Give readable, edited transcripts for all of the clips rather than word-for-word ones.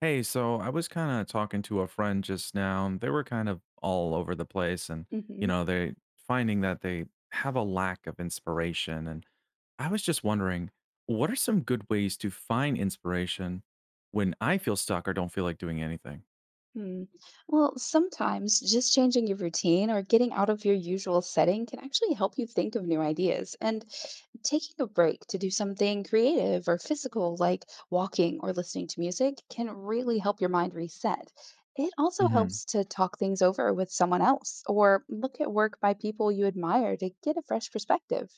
Hey, so I was kind of talking to a friend just now, and they were kind of all over the place and, Hmm. They finding that they have a lack of inspiration. And I was just wondering, what are some good ways to find inspiration when I feel stuck or don't feel like doing anything? Hmm. Well, sometimes just changing your routine or getting out of your usual setting can actually help you think of new ideas. And taking a break to do something creative or physical, like walking or listening to music, can really help your mind reset. It also Hmm. helps to talk things over with someone else or look at work by people you admire to get a fresh perspective.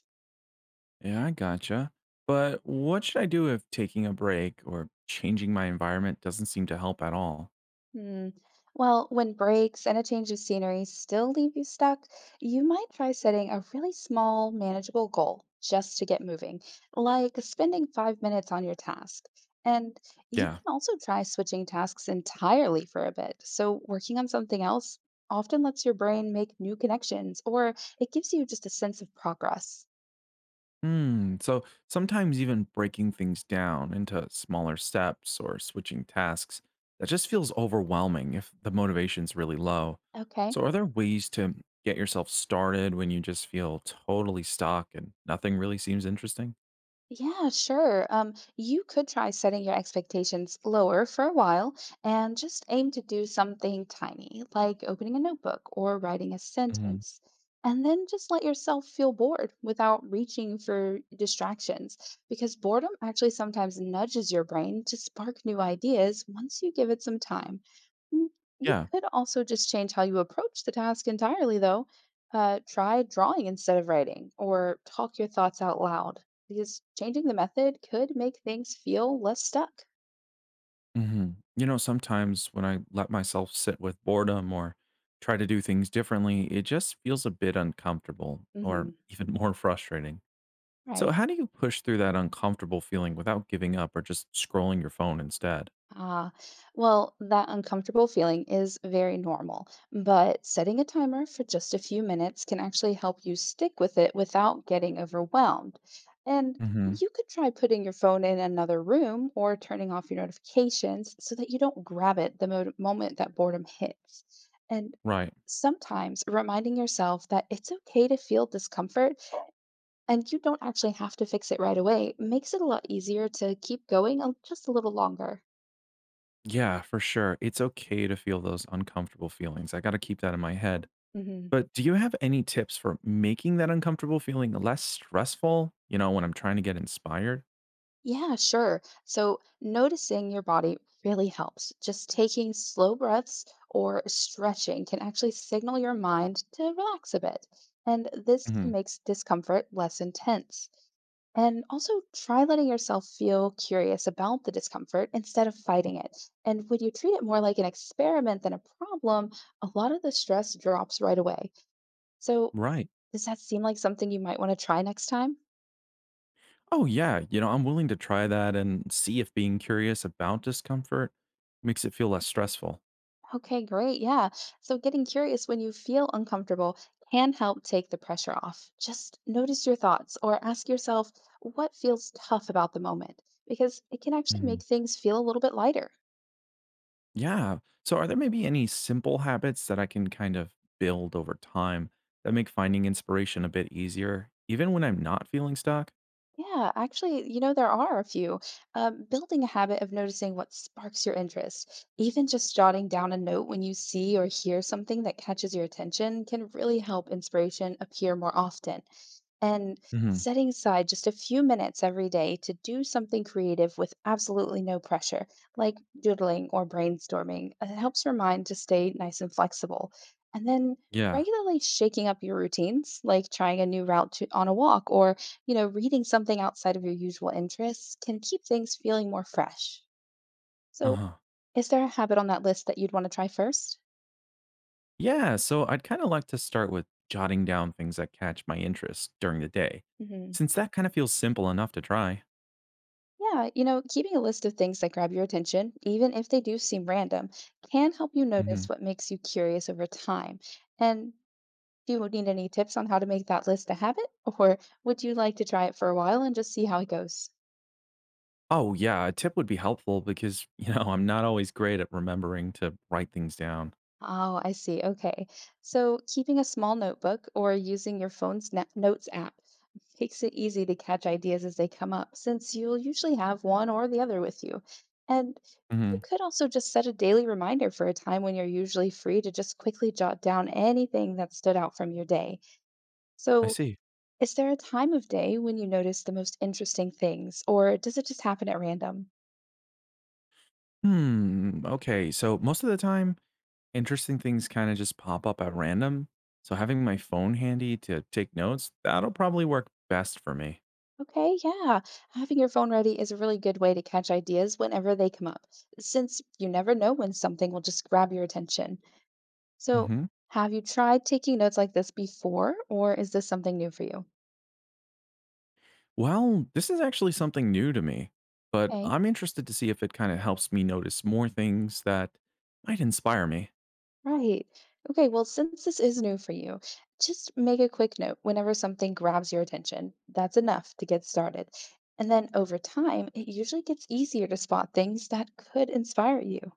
Yeah, I gotcha. But what should I do if taking a break or changing my environment doesn't seem to help at all? Hmm. Well, when breaks and a change of scenery still leave you stuck, you might try setting a really small, manageable goal just to get moving, like spending 5 minutes on your task. And you Yeah. can also try switching tasks entirely for a bit. So, working on something else often lets your brain make new connections, or it gives you just a sense of progress. So sometimes even breaking things down into smaller steps or switching tasks, that just feels overwhelming if the motivation's really low. Okay. So are there ways to get yourself started when you just feel totally stuck and nothing really seems interesting? Yeah, sure. You could try setting your expectations lower for a while and just aim to do something tiny, like opening a notebook or writing a Hmm. sentence. And then just let yourself feel bored without reaching for distractions, because boredom actually sometimes nudges your brain to spark new ideas once you give it some time. Mm, You Yeah. could also just change how you approach the task entirely, though. Try drawing instead of writing, or talk your thoughts out loud, because changing the method could make things feel less stuck. You know, sometimes when I let myself sit with boredom or try to do things differently, it just feels a bit uncomfortable or Hmm. even more frustrating. So, Right? how do you push through that uncomfortable feeling without giving up or just scrolling your phone instead? Ah, well, that uncomfortable feeling is very normal, but setting a timer for just a few minutes can actually help you stick with it without getting overwhelmed. And Hmm. you could try putting your phone in another room or turning off your notifications so that you don't grab it the moment that boredom hits. And Right. sometimes reminding yourself that it's okay to feel discomfort and you don't actually have to fix it right away makes it a lot easier to keep going just a little longer. Yeah, for sure. It's okay to feel those uncomfortable feelings. I got to keep that in my head. Hmm. But do you have any tips for making that uncomfortable feeling less stressful? You know, when I'm trying to get inspired? Yeah, sure. So noticing your body really helps. Just taking slow breaths or stretching can actually signal your mind to relax a bit. And this Hmm. makes discomfort less intense. And also try letting yourself feel curious about the discomfort instead of fighting it. And when you treat it more like an experiment than a problem, a lot of the stress drops right away. So, Right. does that seem like something you might want to try next time? Oh, yeah. You know, I'm willing to try that and see if being curious about discomfort makes it feel less stressful. Okay, great. Yeah. So, getting curious when you feel uncomfortable can help take the pressure off. Just notice your thoughts or ask yourself what feels tough about the moment, because it can actually Mhm. make things feel a little bit lighter. Yeah. So, are there maybe any simple habits that I can kind of build over time that make finding inspiration a bit easier, even when I'm not feeling stuck? Yeah, actually, you know, there are a few. Building a habit of noticing what sparks your interest, even just jotting down a note when you see or hear something that catches your attention, can really help inspiration appear more often. And Hmm. setting aside just a few minutes every day to do something creative with absolutely no pressure, like doodling or brainstorming, helps your mind to stay nice and flexible. And then Yeah. regularly shaking up your routines, like trying a new route on a walk, or, you know, reading something outside of your usual interests can keep things feeling more fresh. Uh So, huh. is there a habit on that list that you'd want to try first? Yeah. So, I'd kind of like to start with jotting down things that catch my interest during the day, Hmm. since that kind of feels simple enough to try. Yeah, you know, keeping a list of things that grab your attention, even if they do seem random, can help you Hmm. notice what makes you curious over time. And do you need any tips on how to make that list a habit, or would you like to try it for a while and just see how it goes? Oh, yeah. A tip would be helpful because, I'm not always great at remembering to write things down. Oh, I see. Okay. So keeping a small notebook or using your phone's notes app makes it easy to catch ideas as they come up, since you'll usually have one or the other with you. And Hmm. you could also just set a daily reminder for a time when you're usually free to just quickly jot down anything that stood out from your day. I So, see. is there a time of day when you notice the most interesting things, or does it just happen at random? Hmm. Okay. So, most of the time, interesting things kinda just pop up at random, so having my phone handy to take notes, that'll probably work best for me. Okay, yeah. Having your phone ready is a really good way to catch ideas whenever they come up, since you never know when something will just grab your attention. So, Mhm. have you tried taking notes like this before, or is this something new for you? Well, this is actually something new to me, but Okay, I'm interested to see if it kinda helps me notice more things that might inspire me. right. Okay, well, since this is new for you, just make a quick note whenever something grabs your attention. That's enough to get started. And then over time, it usually gets easier to spot things that could inspire you.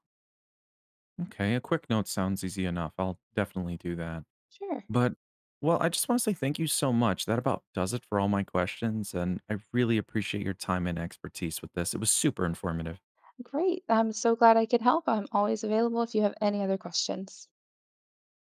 Okay, a quick note sounds easy enough, I'll definitely do that. Sure. But, well, I just wanna say thank you so much, that about does it for all my questions, and I really appreciate your time and expertise with this, it was super informative. Great. I'm so glad I could help. I'm always available if you have any other questions.